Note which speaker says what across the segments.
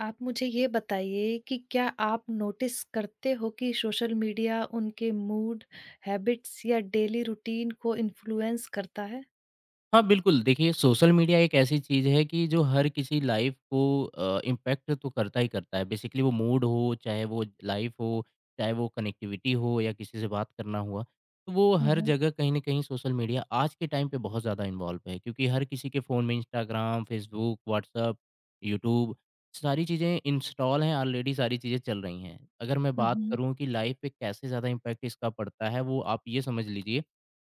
Speaker 1: आप मुझे ये बताइए कि क्या आप नोटिस करते हो कि सोशल मीडिया उनके मूड, हैबिट्स या डेली रूटीन को इन्फ्लुएंस करता है?
Speaker 2: हाँ, बिल्कुल। देखिए, सोशल मीडिया एक ऐसी चीज़ है कि जो हर किसी लाइफ़ को इम्पैक्ट तो करता ही करता है। बेसिकली वो मूड हो, चाहे वो लाइफ़ हो, चाहे वो कनेक्टिविटी हो या किसी से बात करना हुआ। तो वो
Speaker 1: हुँ,
Speaker 2: हर
Speaker 1: हुँ।
Speaker 2: जगह कहीं न कहीं सोशल मीडिया आज के टाइम पे बहुत ज़्यादा इन्वॉल्व है क्योंकि हर किसी के फ़ोन में इंस्टाग्राम, फ़ेसबुक, व्हाट्सएप, यूट्यूब सारी चीज़ें इंस्टॉल हैं, ऑलरेडी सारी चीज़ें चल रही हैं। अगर मैं
Speaker 1: हुँ,
Speaker 2: बात
Speaker 1: हुँ।
Speaker 2: करूँ कि लाइफ़ पे कैसे ज़्यादा इम्पैक्ट इसका पड़ता है, वो आप ये समझ लीजिए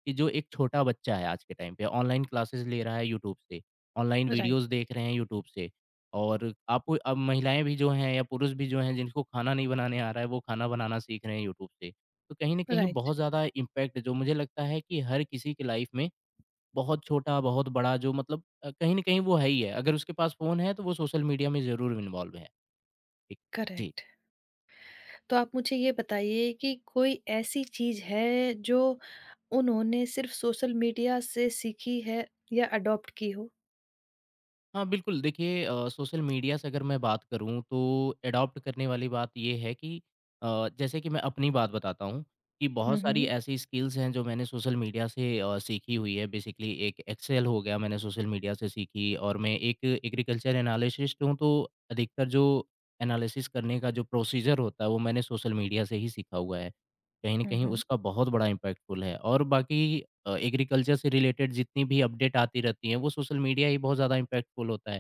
Speaker 2: कि जो एक छोटा बच्चा है आज के टाइम पे ऑनलाइन क्लासेस ले रहा है यूट्यूब से, ऑनलाइन
Speaker 1: राइट,
Speaker 2: वीडियोज़ देख रहे हैं यूट्यूब से और आपको अब महिलाएँ भी जो हैं या पुरुष भी जो हैं जिनको खाना नहीं बनाने आ रहा है, वो खाना बनाना सीख रहे हैं यूट्यूब से। तो कहीं न कहीं
Speaker 1: राइट,
Speaker 2: बहुत ज़्यादा इम्पैक्ट जो मुझे लगता है कि हर किसी की लाइफ़ में बहुत छोटा, बहुत बड़ा जो मतलब कहीं न कहीं वो है ही है। अगर उसके पास फ़ोन है तो वो सोशल मीडिया में ज़रूर इन्वॉल्व है। ठीक, जी।
Speaker 1: करेक्ट। तो आप मुझे ये बताइए कि कोई ऐसी चीज़ है जो उन्होंने सिर्फ़ सोशल मीडिया से सीखी है या अडॉप्ट की हो?
Speaker 2: हाँ, बिल्कुल। देखिए सोशल मीडिया से अगर मैं बात करूँ तो एडॉप्ट करने वाली बात ये है कि जैसे कि मैं अपनी बात बताता हूँ कि बहुत
Speaker 1: हुँ,
Speaker 2: सारी
Speaker 1: हुँ।
Speaker 2: ऐसी स्किल्स हैं जो मैंने सोशल मीडिया से सीखी हुई है। बेसिकली एक एक्सेल हो गया मैंने सोशल मीडिया से सीखी और मैं एक एग्रीकल्चर एनालिसिस्ट हूँ तो अधिकतर जो एनालिसिस करने का जो प्रोसीजर होता है वो मैंने सोशल मीडिया से ही सीखा हुआ है। कहीं न
Speaker 1: हुँ,
Speaker 2: कहीं
Speaker 1: हुँ।
Speaker 2: उसका बहुत बड़ा इम्पैक्टफुल है और बाकी एग्रीकल्चर से रिलेटेड जितनी भी अपडेट आती रहती हैं, वो सोशल मीडिया ही बहुत ज़्यादा इम्पैक्टफुल होता है,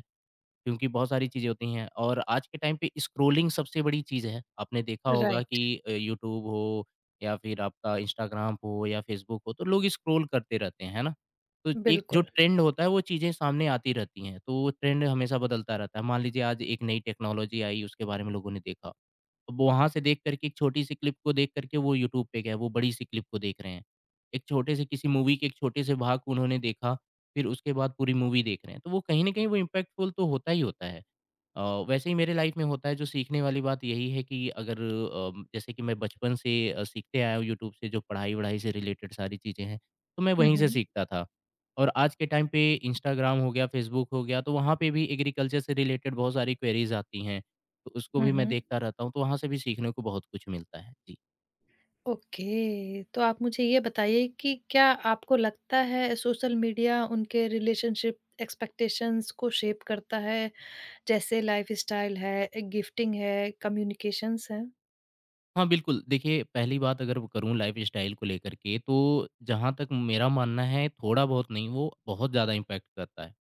Speaker 2: क्योंकि बहुत सारी चीज़ें होती हैं और आज के टाइम पे स्क्रॉलिंग सबसे बड़ी चीज़ है। आपने देखा होगा
Speaker 1: राइट,
Speaker 2: कि यूट्यूब हो या फिर आपका इंस्टाग्राम हो या फेसबुक हो, तो लोग स्क्रॉल करते रहते हैं, है ना? तो एक जो
Speaker 1: बिल्कुल।
Speaker 2: ट्रेंड होता है, वो चीज़ें सामने आती रहती हैं, तो वो ट्रेंड हमेशा बदलता रहता है। मान लीजिए आज एक नई टेक्नोलॉजी आई, उसके बारे में लोगों ने देखा। वहाँ से देख कर के एक छोटी-सी क्लिप को देख कर के वो यूट्यूब पे गए, वो बड़ी-सी क्लिप को देख रहे हैं। एक छोटे-से किसी मूवी के एक छोटे-से भाग को उन्होंने देखा, फिर उसके बाद पूरी मूवी देख रहे हैं। तो वो कहीं न कहीं वो इम्पैक्टफुल तो होता ही होता है। अ, वैसे ही मेरे लाइफ में होता है जो सीखने वाली बात यही है कि अगर जैसे कि मैं बचपन से सीखते आया हूँ यूट्यूब से जो पढ़ाई-वढ़ाई से रिलेटेड सारी चीज़ें हैं, तो मैं
Speaker 1: हुँ,
Speaker 2: वहीं से
Speaker 1: हुँ।
Speaker 2: सीखता था। और आज के टाइम पे इंस्टाग्राम हो गया, फेसबुक हो गया, तो वहाँ पे भी एग्रीकल्चर से रिलेटेड बहुत सारी क्वेरीज़ आती हैं, तो उसको
Speaker 1: हुँ,
Speaker 2: भी मैं
Speaker 1: हुँ।
Speaker 2: देखता रहता हूँ, तो वहाँ से भी सीखने को बहुत कुछ मिलता है। जी।
Speaker 1: ओके, तो आप मुझे ये बताइए कि क्या आपको लगता है सोशल मीडिया उनके रिलेशनशिप एक्सपेक्टेशंस को शेप करता है? जैसे लाइफ़स्टाइल है, गिफ्टिंग है, कम्युनिकेशंस है?
Speaker 2: हाँ, बिल्कुल, देखिए पहली बात अगर करूँ लाइफ़स्टाइल को लेकर के, तो जहाँ तक मेरा मानना है थोड़ा बहुत नहीं, वो बहुत ज़्यादा इम्पैक्ट करता है।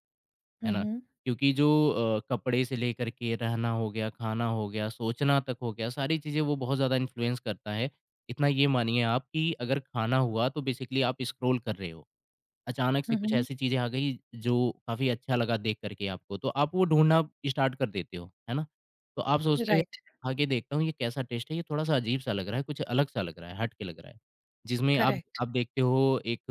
Speaker 2: है
Speaker 1: हुँ,
Speaker 2: ना?
Speaker 1: हुँ।
Speaker 2: क्योंकि जो कपड़े से लेकर के रहना हो गया, खाना हो गया, सोचना तक हो गया, सारी चीज़ें वो बहुत ज़्यादा इन्फ्लुएंस करता है। इतना ये मानिए आप कि अगर खाना हुआ तो बेसिकली आप स्क्रॉल कर रहे हो। अचानक से
Speaker 1: हुँ,
Speaker 2: कुछ
Speaker 1: हुँ।
Speaker 2: ऐसी चीज़ें आ गई जो काफ़ी अच्छा लगा देख कर के आपको, तो आप वो ढूँढना स्टार्ट कर देते हो, है ना? तो आप सोचते हो
Speaker 1: राइट,
Speaker 2: खा के देखता हूँ ये कैसा टेस्ट है, ये थोड़ा-सा अजीब-सा लग रहा है, कुछ अलग-सा लग रहा है, हट के लग रहा है। जिसमें आप
Speaker 1: करेक्ट।
Speaker 2: आप देखते हो एक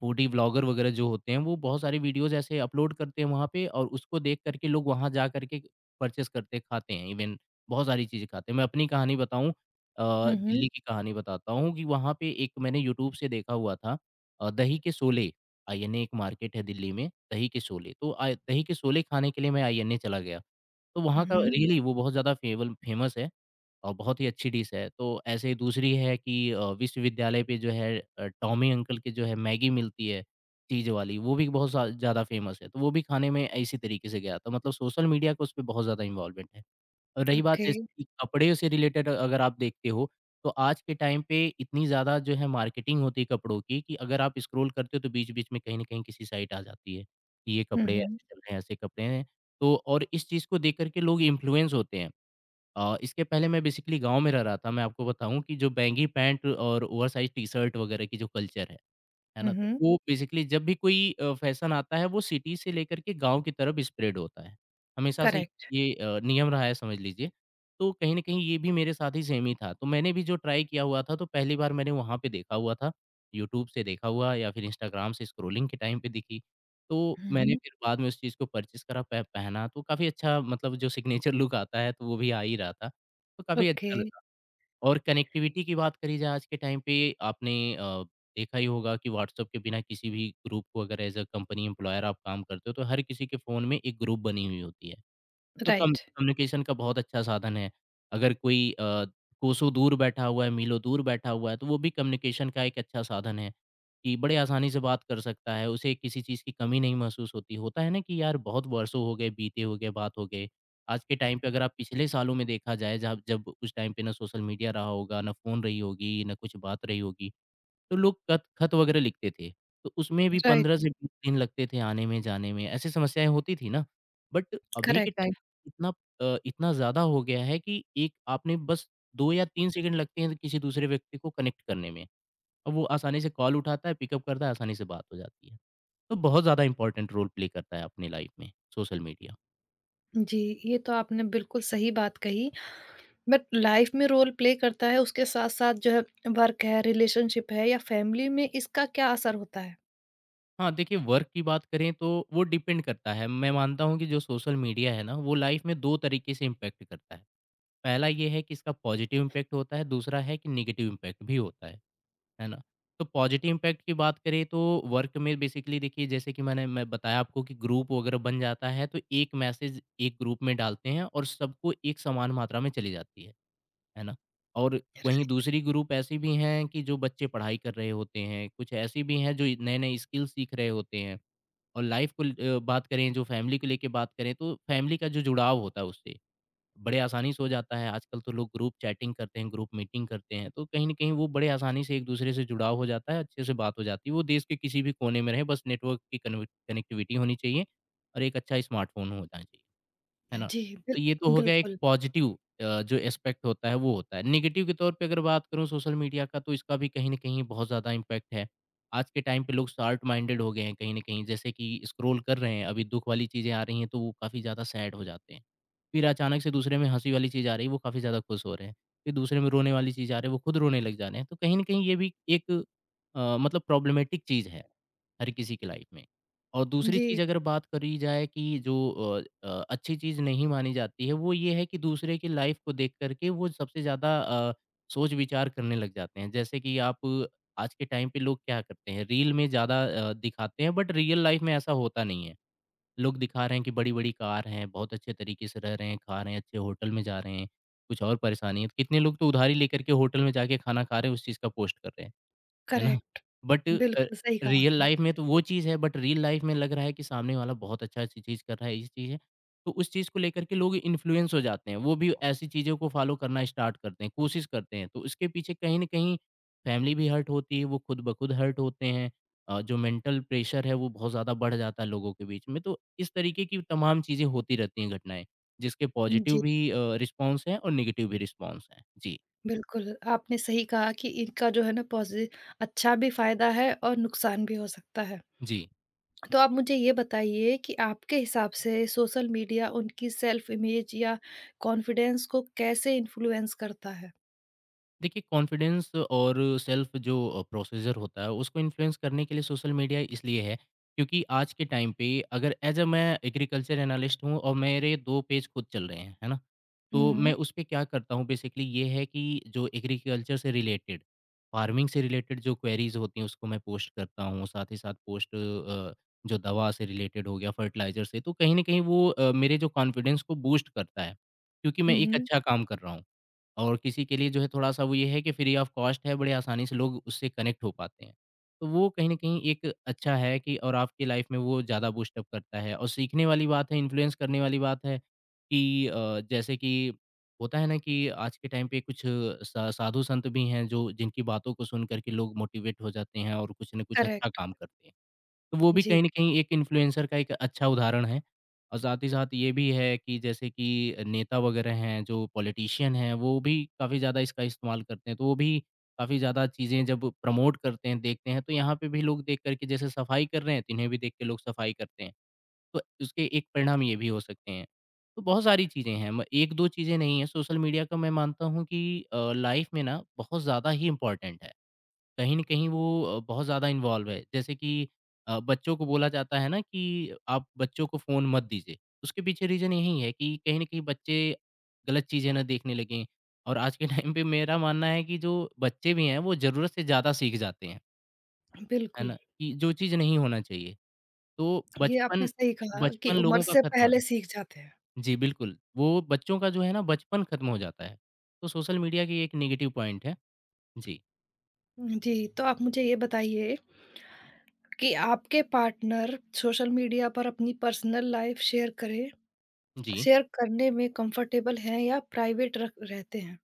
Speaker 2: फूडी ब्लॉगर वगैरह जो होते हैं, वो बहुत सारी वीडियोज़ ऐसे अपलोड करते हैं वहाँ पे और उसको देख कर के लोग वहाँ जा कर के परचेज़ करते हैं, खाते हैं इवेन बहुत सारी चीज़ें खाते हैं। मैं अपनी कहानी बताऊँ अ,
Speaker 1: हुँ, हुँ।
Speaker 2: दिल्ली की कहानी बताता हूँ कि वहाँ पे एक मैंने यूट्यूब से देखा हुआ था दही के शोले। आईएनए एक मार्केट है दिल्ली में, दही के शोले, तो दही के शोले खाने के लिए मैं आईएनए चला गया। तो
Speaker 1: हुँ,
Speaker 2: वहाँ का
Speaker 1: हुँ।
Speaker 2: रियली वो बहुत ज़्यादा फेवल फेमस है और बहुत ही अच्छी डिश है। तो ऐसे ही दूसरी है कि विश्वविद्यालय पे जो है टॉमी अंकल की जो है मैगी मिलती है, चीज़ वाली, वो भी बहुत सा ज़्यादा फेमस है। तो वो भी खाने में इसी तरीके से गया था। मतलब सोशल मीडिया का उसपे बहुत ज़्यादा इन्वॉल्वमेंट है। और रही बात
Speaker 1: ओके।
Speaker 2: जैसे कि कपड़े से रिलेटेड अगर आप देखते हो, तो आज के टाइम पे इतनी ज़्यादा जो है मार्केटिंग होती है कपड़ों की कि अगर आप स्क्रॉल करते हो तो बीच-बीच में कहीं न कहीं किसी साइट आ जाती है, कि ये
Speaker 1: हुँ,
Speaker 2: कपड़े
Speaker 1: हुँ।
Speaker 2: ऐसे चल रहे हैं, ऐसे कपड़े हैं। तो और इस चीज़ को देख कर के लोग इन्फ्लुएंस होते हैं। इसके पहले मैं बेसिकली गाँव में रह रहा था, मैं आपको बताऊँ कि जो बैंगी पैंट और ओवरसाइज़ टी-शर्ट वगैरह की जो कल्चर है
Speaker 1: हुँ,
Speaker 2: ना? तो
Speaker 1: हुँ।
Speaker 2: वो बेसिकली जब भी कोई फैशन आता है वो सिटी से लेकर के गाँव की तरफ स्प्रेड होता है। हमेशा से
Speaker 1: करेक्ट।
Speaker 2: ये नियम रहा है समझ लीजिए। तो कहीं न कहीं ये भी मेरे साथ ही सेम ही था। तो मैंने भी जो ट्राई किया हुआ था तो पहली बार मैंने वहाँ पे देखा हुआ था। यूट्यूब से देखा हुआ या फिर इंस्टाग्राम से स्क्रॉलिंग के टाइम पे दिखी। तो
Speaker 1: हुँ,
Speaker 2: मैंने
Speaker 1: हुँ।
Speaker 2: फिर बाद में उस चीज़ को परचेज़ करा, प पहना तो काफ़ी अच्छा मतलब जो सिग्नेचर लुक आता है तो वो भी आ ही रहा था। तो काफ़ी
Speaker 1: ओके,
Speaker 2: अच्छा लगा। और कनेक्टिविटी की बात करी जाए आज के टाइम पे आपने देखा ही होगा कि व्हाट्सएप के बिना किसी भी ग्रुप को अगर एज अ कंपनी एम्प्लॉयर आप काम करते हो तो हर किसी के फ़ोन में एक ग्रुप बनी हुई होती है तो कम
Speaker 1: राइट,
Speaker 2: कम्युनिकेशन का बहुत अच्छा साधन है। अगर कोई कोसों दूर बैठा हुआ है, मीलों दूर बैठा हुआ है, तो वो भी कम्युनिकेशन का एक अच्छा साधन है, कि बड़े आसानी से बात कर सकता है, उसे किसी चीज़ की कमी नहीं महसूस होती। होता है ना कि यार बहुत वर्षों हो गए, बीते हो गए, बात हो गए। आज के टाइम पे अगर आप पिछले सालों में देखा जाए, जब जब उस टाइम पे ना सोशल मीडिया रहा होगा, ना फ़ोन रही होगी, ना कुछ बात रही होगी। तो लोग कत खत वगैरह लिखते थे, तो उसमें भी
Speaker 1: राइट,
Speaker 2: 15 से 20 दिन लगते थे आने में, जाने में, ऐसी समस्याएँ होती थी ना। बट अभी के
Speaker 1: करेक्ट।
Speaker 2: टाइम इतना इतना ज़्यादा हो गया है कि एक आपने बस 2 या 3 सेकंड लगते हैं किसी दूसरे व्यक्ति को कनेक्ट करने में और वो आसानी से कॉल उठाता है, पिकअप करता है, आसानी से बात हो जाती है। तो बहुत ज़्यादा इम्पोर्टेंट रोल प्ले करता है अपनी लाइफ़ में सोशल मीडिया।
Speaker 1: जी, ये तो आपने बिल्कुल सही बात कही। बट लाइफ में रोल प्ले करता है, उसके साथ-साथ जो है वर्क है, रिलेशनशिप है या फैमिली में इसका क्या असर होता है?
Speaker 2: हाँ, देखिए वर्क की बात करें तो वो डिपेंड करता है, मैं मानता हूँ कि जो सोशल मीडिया है ना, वो लाइफ़ में 2 तरीके से इम्पैक्ट करता है। पहला ये है कि इसका पॉजिटिव इम्पैक्ट होता है, दूसरा है कि नेगेटिव इम्पैक्ट भी होता है ना? तो पॉजिटिव इम्पैक्ट की बात करें तो वर्क में बेसिकली देखिए जैसे कि मैं बताया आपको कि ग्रुप वगैरह बन जाता है तो एक मैसेज एक ग्रुप में डालते हैं और सबको एक समान मात्रा में चली जाती है ना? और वहीं दूसरी ग्रुप ऐसी भी हैं कि जो बच्चे पढ़ाई कर रहे होते हैं, कुछ ऐसी भी हैं जो नए-नए स्किल सीख रहे होते हैं और लाइफ़ को बात करें जो फैमिली को लेके बात करें तो फैमिली का जो जुड़ाव होता है उससे बड़े आसानी से हो जाता है। आजकल तो लोग ग्रुप चैटिंग करते हैं, ग्रुप मीटिंग करते हैं, तो कहीं न कहीं वो बड़े आसानी से एक-दूसरे से जुड़ाव हो जाता है, अच्छे से बात हो जाती है। वो देश के किसी भी कोने में रहें, बस नेटवर्क की कन्व कनेक्टिविटी होनी चाहिए और एक अच्छा स्मार्टफ़ोन होना चाहिए। है ना?
Speaker 1: जी। बिल
Speaker 2: तो ये तो हो गया एक
Speaker 1: बिल्कुल,
Speaker 2: पॉजिटिव जो एस्पेक्ट होता है वो होता है। नेगेटिव के तौर पे अगर बात करूँ सोशल मीडिया का तो इसका भी कहीं न कहीं बहुत ज़्यादा इम्पैक्ट है। आज के टाइम पे लोग शॉर्ट माइंडेड हो गए हैं कहीं न कहीं, जैसे कि स्क्रॉल कर रहे हैं, अभी दुःख वाली चीज़ें आ रही हैं तो वो काफ़ी ज़्यादा सैड हो जाते हैं। फिर अचानक से दूसरे में हँसी वाली चीज़ आ रही है, वो काफ़ी ज़्यादा खुश हो रहे हैं। फिर दूसरे में रोने वाली चीज़ आ रही है, वो खुद रोने लग जा रहे हैं। तो कहीं न कहीं ये भी एक मतलब प्रॉब्लमैटिक चीज़ है। हर किसी की लाइफ में। और दूसरी चीज़
Speaker 1: जी,
Speaker 2: अगर बात करी जाए कि जो अच्छी चीज़ नहीं मानी जाती है, वो ये है कि दूसरे की लाइफ को देख कर के वो सबसे ज़्यादा सोच-विचार करने लग जाते हैं। जैसे कि आप आज के टाइम पे लोग क्या करते हैं, रील में ज़्यादा दिखाते हैं बट रियल लाइफ में ऐसा होता नहीं है। लोग दिखा रहे हैं कि बड़ी-बड़ी कार हैं, बहुत अच्छे तरीके से रह रहे हैं, खा रहे हैं, अच्छे होटल में जा रहे हैं, कुछ और परेशानी है। तो कितने लोग तो उधारी लेकर के होटल में जाके खाना खा रहे हैं, उस चीज़ का पोस्ट कर रहे हैं। है ना?
Speaker 1: करेक्ट।
Speaker 2: बट
Speaker 1: बिल्कुल सही कहा
Speaker 2: रियल
Speaker 1: आपने।
Speaker 2: लाइफ़ में तो वो चीज़ है, बट रियल लाइफ़ में लग रहा है कि सामने वाला बहुत अच्छा ची चीज़ कर रहा है, ये चीज़ है। तो उस चीज़ को लेकर के लोग इन्फ्लुएंस हो जाते हैं, वो भी ऐसी चीज़ों को फ़ॉलो करना स्टार्ट करते हैं, कोशिश करते हैं। तो इसके पीछे कहीं न कहीं फैमिली भी हर्ट होती है, वो खुद ब खुद हर्ट होते हैं। जो मेंटल प्रेशर है वो बहुत ज़्यादा बढ़ जाता है लोगों के बीच में। तो इस तरीके की तमाम चीज़ें होती रहती हैं घटनाएँ, जिसके पॉज़िटिव
Speaker 1: जी,
Speaker 2: भी रिस्पॉन्स हैं और नेगेटिव भी रिस्पॉन्स हैं। जी।
Speaker 1: बिल्कुल, आपने सही कहा कि इनका जो है ना पॉज़ि अच्छा भी फ़ायदा है और नुकसान भी हो सकता है।
Speaker 2: जी।
Speaker 1: तो आप मुझे ये बताइए कि आपके हिसाब से सोशल मीडिया उनकी सेल्फ इमेज या कॉन्फिडेंस को कैसे इन्फ्लुएंस करता है?
Speaker 2: देखिए, कॉन्फिडेंस और सेल्फ जो प्रोसीजर होता है उसको इन्फ्लुएंस करने के लिए सोशल मीडिया इसलिए है, क्योंकि आज के टाइम पे अगर एज अ मैं एग्रीकल्चर एनालिस्ट हूँ और मेरे दो पेज खुद चल रहे हैं, है ना?
Speaker 1: हुँ,
Speaker 2: तो मैं
Speaker 1: हुँ।
Speaker 2: उस पे क्या करता हूँ बेसिकली ये है कि जो एग्रीकल्चर से रिलेटेड, फार्मिंग से रिलेटेड जो क्वेरीज होती हैं उसको मैं पोस्ट करता हूँ, साथ ही साथ पोस्ट जो दवा से रिलेटेड हो गया, फर्टिलाइजर से, तो कहीं ना कहीं वो मेरे जो कॉन्फिडेंस को बूस्ट करता है, क्योंकि मैं
Speaker 1: हुँ,
Speaker 2: एक
Speaker 1: हुँ।
Speaker 2: अच्छा काम कर रहा हूँ। और किसी के लिए जो है थोड़ा-सा वो ये है कि फ्री ऑफ कॉस्ट है, बड़े आसानी से लोग उससे कनेक्ट हो पाते हैं। तो वो कहीं न कहीं एक अच्छा है कि और आपकी लाइफ़ में वो ज़्यादा बूस्ट अप करता है और सीखने वाली बात है, इन्फ्लुएंस करने वाली बात है कि जैसे कि होता है ना कि आज के टाइम पे कुछ सा साधु संत भी हैं जो जिनकी बातों को सुन कर के लोग मोटिवेट हो जाते हैं और कुछ न कुछ अच्छा
Speaker 1: करेक्ट।
Speaker 2: काम करते हैं। तो वो भी कहीं
Speaker 1: जी,
Speaker 2: न कहीं एक इन्फ्लुएंसर का एक अच्छा उदाहरण है। और साथ ही साथ ये भी है कि जैसे कि नेता वगैरह हैं, जो पॉलिटिशियन हैं, वो भी काफ़ी ज़्यादा इसका इस्तेमाल करते हैं। तो वो भी काफ़ी ज़्यादा चीज़ें जब प्रमोट करते हैं, देखते हैं, तो यहाँ पे भी लोग देख कर के, जैसे सफाई कर रहे हैं, तो इन्हें भी देख के लोग सफाई करते हैं। तो उसके एक परिणाम ये भी हो सकते हैं। तो बहुत सारी चीज़ें हैं, म 1-2 चीज़ें नहीं हैं। सोशल मीडिया का मैं मानता हूँ कि लाइफ़ में ना बहुत ज़्यादा ही इम्पोर्टेंट है। कहीं न कहीं वो बहुत ज़्यादा इन्वॉल्व है। जैसे कि बच्चों को बोला जाता है ना कि आप बच्चों को फ़ोन मत दीजिए। उसके पीछे रीज़न यही है कि कहीं न कहीं बच्चे गलत चीज़ें ना देखने लगें, और आज के टाइम पे मेरा मानना है कि जो बच्चे भी हैं, वो ज़रूरत से ज़्यादा सीख जाते हैं। है
Speaker 1: बिल्कुल।
Speaker 2: ना? कि जो चीज़ नहीं होना चाहिए। तो
Speaker 1: ये आपने
Speaker 2: बचपन
Speaker 1: सही कहा कि
Speaker 2: बचपन
Speaker 1: उम्र
Speaker 2: लोगों का
Speaker 1: से
Speaker 2: खत्म हो रहा
Speaker 1: पहले
Speaker 2: है।
Speaker 1: सीख जाते हैं।
Speaker 2: जी, बिल्कुल। वो बच्चों का जो है ना बचपन खत्म हो जाता है। तो सोशल मीडिया की एक नेगेटिव पॉइंट है। जी।
Speaker 1: जी, तो आप मुझे ये बताइए कि आपके पार्टनर सोशल मीडिया पर अपनी पर्सनल लाइफ शेयर करें,
Speaker 2: जी।
Speaker 1: शेयर करने में कंफर्टेबल हैं या प्राइवेट रख रहते हैं?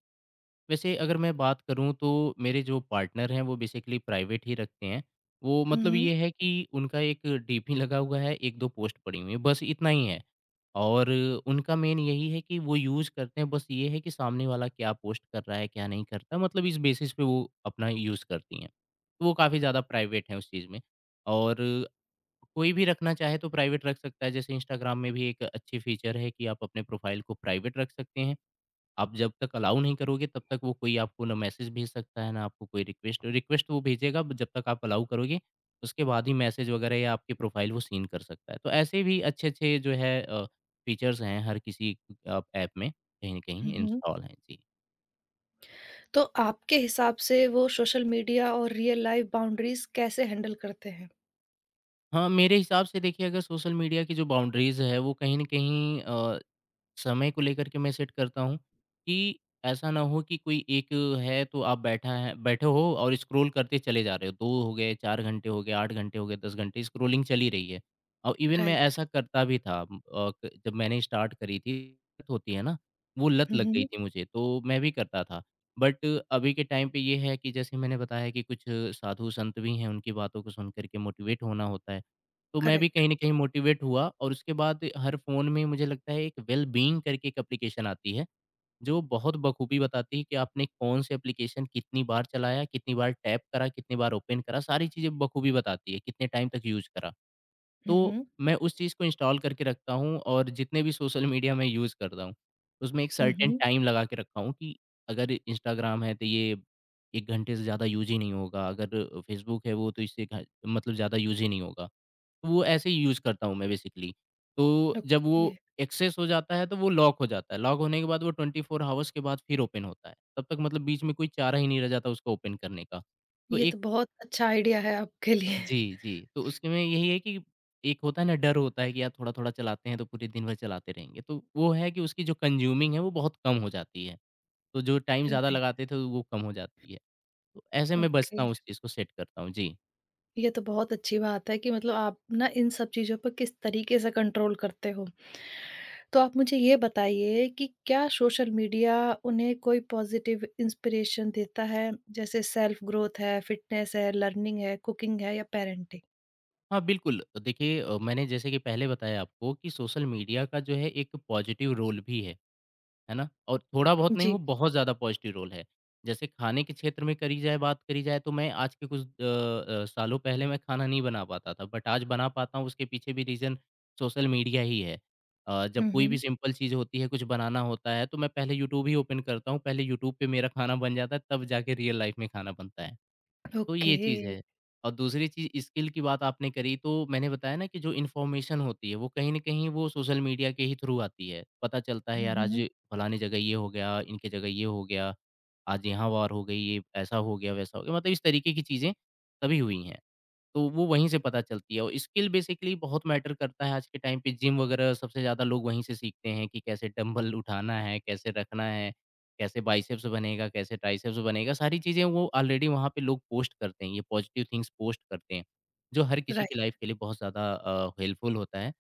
Speaker 2: वैसे अगर मैं बात करूँ तो मेरे जो पार्टनर हैं वो बेसिकली प्राइवेट ही रखते हैं। वो मतलब
Speaker 1: हुँ,
Speaker 2: ये है कि उनका एक डीपी लगा हुआ है, 1-2 पोस्ट पड़ी हुई है, बस इतना ही है। और उनका मेन यही है कि वो यूज़ करते हैं, बस ये है कि सामने वाला क्या पोस्ट कर रहा है, क्या नहीं करता, मतलब इस बेसिस पे वो अपना यूज़ करती हैं। तो वो काफ़ी ज़्यादा प्राइवेट हैं उस चीज़ में। और कोई भी रखना चाहे तो प्राइवेट रख सकता है, जैसे इंस्टाग्राम में भी एक अच्छी फीचर है कि आप अपने प्रोफाइल को प्राइवेट रख सकते हैं। आप जब तक अलाउ नहीं करोगे तब तक वो कोई आपको ना मैसेज भेज सकता है ना आपको कोई रिक्वेस्ट रिक्वेस्ट वो भेजेगा, जब तक आप अलाउ करोगे उसके बाद ही मैसेज वगैरह या आपकी प्रोफाइल वो सीन कर सकता है। तो ऐसे भी अच्छे अच्छे जो है फीचर्स हैं हर किसी ऐप में कहीं ना कहीं
Speaker 1: हुँ, हुँ।
Speaker 2: इंस्टॉल हैं। जी।
Speaker 1: तो आपके हिसाब से वो सोशल मीडिया और रियल लाइफ बाउंड्रीज़ कैसे हैंडल करते हैं?
Speaker 2: हाँ, मेरे हिसाब से देखिए, अगर सोशल मीडिया की जो बाउंड्रीज है वो कहीं ना कहीं समय को लेकर के मैं सेट करता हूँ कि ऐसा ना हो कि कोई एक है तो आप बैठा है बैठे हो और स्क्रॉल करते चले जा रहे हो, 2 हो गए, 4 घंटे हो गए, 8 घंटे हो गए, 10 घंटे स्क्रॉलिंग चली रही है। और इवन मैं
Speaker 1: राइट।
Speaker 2: ऐसा करता भी था, जब मैंने स्टार्ट करी थी, लत होती है ना, वो लत
Speaker 1: हुँ,
Speaker 2: लग गई
Speaker 1: हुँ।
Speaker 2: थी मुझे तो मैं भी करता था। बट अभी के टाइम पे ये है कि जैसे मैंने बताया कि कुछ साधु संत भी हैं उनकी बातों को सुन करके मोटिवेट होना होता है, तो मैं भी
Speaker 1: करेक्ट।
Speaker 2: कहीं न कहीं मोटिवेट हुआ और उसके बाद हर फ़ोन में मुझे लगता है एक वेल बीइंग करके एक एप्लीकेशन आती है, जो बहुत बखूबी बताती है कि आपने कौन-से एप्लीकेशन कितनी बार चलाया, कितनी बार टैप करा, कितनी बार ओपन करा, सारी चीज़ें बखूबी बताती है, कितने टाइम तक यूज़ करा।
Speaker 1: हुँ,
Speaker 2: तो
Speaker 1: हुँ।
Speaker 2: मैं उस चीज़ को इंस्टॉल करके रखता हूँ और जितने भी सोशल मीडिया मैं यूज़ करता हूँ, उसमें एक
Speaker 1: हुँ,
Speaker 2: सर्टेन
Speaker 1: हुँ।
Speaker 2: टाइम लगा के रखा हूँ कि अगर इंस्टाग्राम है तो ये 1 घंटे से ज़्यादा यूज़ ही नहीं होगा, अगर फेसबुक है वो तो इससे घ मतलब ज़्यादा यूज़ ही नहीं होगा। वो ऐसे ही यूज़ करता हूँ मैं बेसिकली। तो जब
Speaker 1: ओके।
Speaker 2: वो एक्सेस हो जाता है तो वो लॉक हो जाता है। लॉक होने के बाद वो 24 हॉवर्स के बाद फिर ओपन होता है। तब तक मतलब बीच में कोई चारा ही नहीं रह जाता उसको ओपन करने का। तो
Speaker 1: ये
Speaker 2: एक,
Speaker 1: तो बहुत अच्छा आइडिया है आपके लिए।
Speaker 2: जी, जी। तो उसके में यही है कि एक होता है ना, डर होता है कि यार थोड़ा-थोड़ा चलाते हैं तो पूरे दिन भर चलाते रहेंगे। तो वो है कि उसकी जो कंज्यूमिंग है वो बहुत कम हो जाती है। तो जो टाइम ज़्यादा
Speaker 1: राइट,
Speaker 2: लगाते थे वो कम हो जाती है। तो ऐसे मैं
Speaker 1: ओके।
Speaker 2: बचता हूँ, उस चीज़ को सेट करता हूँ। जी।
Speaker 1: ये तो बहुत अच्छी बात है कि मतलब आप ना इन सब चीज़ों पर किस तरीके से कंट्रोल करते हो। तो आप मुझे ये बताइए कि क्या सोशल मीडिया उन्हें कोई पॉज़िटिव इंस्पिरेशन देता है? जैसे सेल्फ ग्रोथ है, फिटनेस है, लर्निंग है, कुकिंग है या पेरेंटिंग?
Speaker 2: हाँ, बिल्कुल। देखिए, मैंने जैसे कि पहले बताया आपको कि सोशल मीडिया का जो है एक पॉज़िटिव रोल भी है ना? और थोड़ा बहुत नहीं,
Speaker 1: जी।
Speaker 2: वो बहुत ज़्यादा पॉज़िटिव रोल है। जैसे खाने के क्षेत्र में करी जाए, बात करी जाए, तो मैं आज के कुछ सालों पहले मैं खाना नहीं बना पाता था बट आज बना पाता हूँ, उसके पीछे भी रीज़न सोशल मीडिया ही है। जब
Speaker 1: हुँ,
Speaker 2: कोई भी
Speaker 1: हुँ।
Speaker 2: सिंपल चीज़ होती है, कुछ बनाना होता है तो मैं पहले यूट्यूब ही ओपन करता हूँ, पहले यूट्यूब पे मेरा खाना बन जाता है तब जाके रियल लाइफ़ में खाना बनता है। तो ये
Speaker 1: ओके।
Speaker 2: चीज़ है। और दूसरी चीज़ स्किल की बात आपने करी तो मैंने बताया ना कि जो इन्फॉर्मेशन होती है वो कहीं न कहीं वो सोशल मीडिया के ही थ्रू आती है। पता चलता है
Speaker 1: हुँ,
Speaker 2: यार आज
Speaker 1: हुँ।
Speaker 2: फलानी जगह ये हो गया, इनके जगह ये हो गया, आज यहाँ वार हो गई, ये ऐसा हो गया, वैसा हो गया, मतलब इस तरीके की चीज़ें तभी हुई हैं। तो वो वहीं से पता चलती है, और स्किल बेसिकली बहुत मैटर करता है। आज के टाइम पे जिम वगैरह सबसे ज़्यादा लोग वहीं से सीखते हैं कि कैसे डंबल उठाना है, कैसे रखना है, कैसे बाइसेप्स बनेगा, कैसे ट्राइसेप्स बनेगा, सारी चीज़ें वो ऑलरेडी वहाँ पे लोग पोस्ट करते हैं, ये पॉजिटिव थिंग्स पोस्ट करते हैं, जो हर किसी की लाइफ
Speaker 1: राइट,
Speaker 2: के लिए बहुत ज़्यादा हेल्पफुल होता है।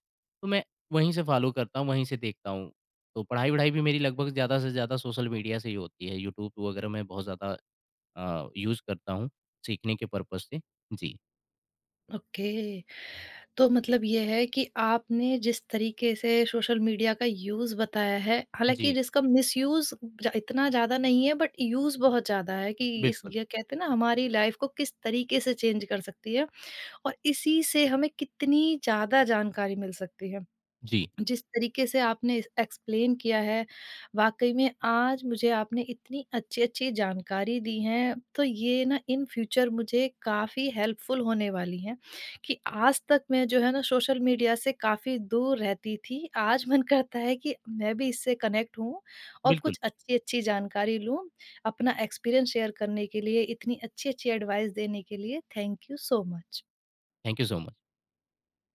Speaker 2: तो मैं वहीं से फ़ॉलो करता हूँ, वहीं से देखता हूँ। तो पढ़ाई-वढ़ाई भी मेरी लगभग ज़्यादा से ज़्यादा सोशल मीडिया से ही होती है, यूट्यूब वगैरह मैं बहुत ज़्यादा यूज़ करता हूँ सीखने के पर्पज़ से। जी।
Speaker 1: ओके। तो मतलब ये है कि आपने जिस तरीके से सोशल मीडिया का यूज़ बताया है, हालाँकि
Speaker 2: जी,
Speaker 1: जिसका मिसयूज़ ज इतना ज़्यादा नहीं है बट यूज़ बहुत ज़्यादा है कि इस
Speaker 2: बिल्कुल,
Speaker 1: ये कहते हैं ना हमारी लाइफ़ को किस तरीके से चेंज कर सकती है और इसी से हमें कितनी ज़्यादा जानकारी मिल सकती है।
Speaker 2: जी,
Speaker 1: जिस तरीके से आपने एक्सप्लेन किया है, वाक़ई में आज मुझे आपने इतनी अच्छी-अच्छी जानकारी दी है, तो ये ना इन फ्यूचर मुझे काफ़ी हेल्पफुल होने वाली हैं कि आज तक मैं जो है ना सोशल मीडिया से काफ़ी दूर रहती थी। आज मन करता है कि मैं भी इससे कनेक्ट हूँ और
Speaker 2: बिल्कुल।
Speaker 1: कुछ अच्छी-अच्छी जानकारी लूँ। अपना एक्सपीरियंस शेयर करने के लिए, इतनी अच्छी-अच्छी एडवाइस देने के लिए, thank you so much.
Speaker 2: Thank you so much.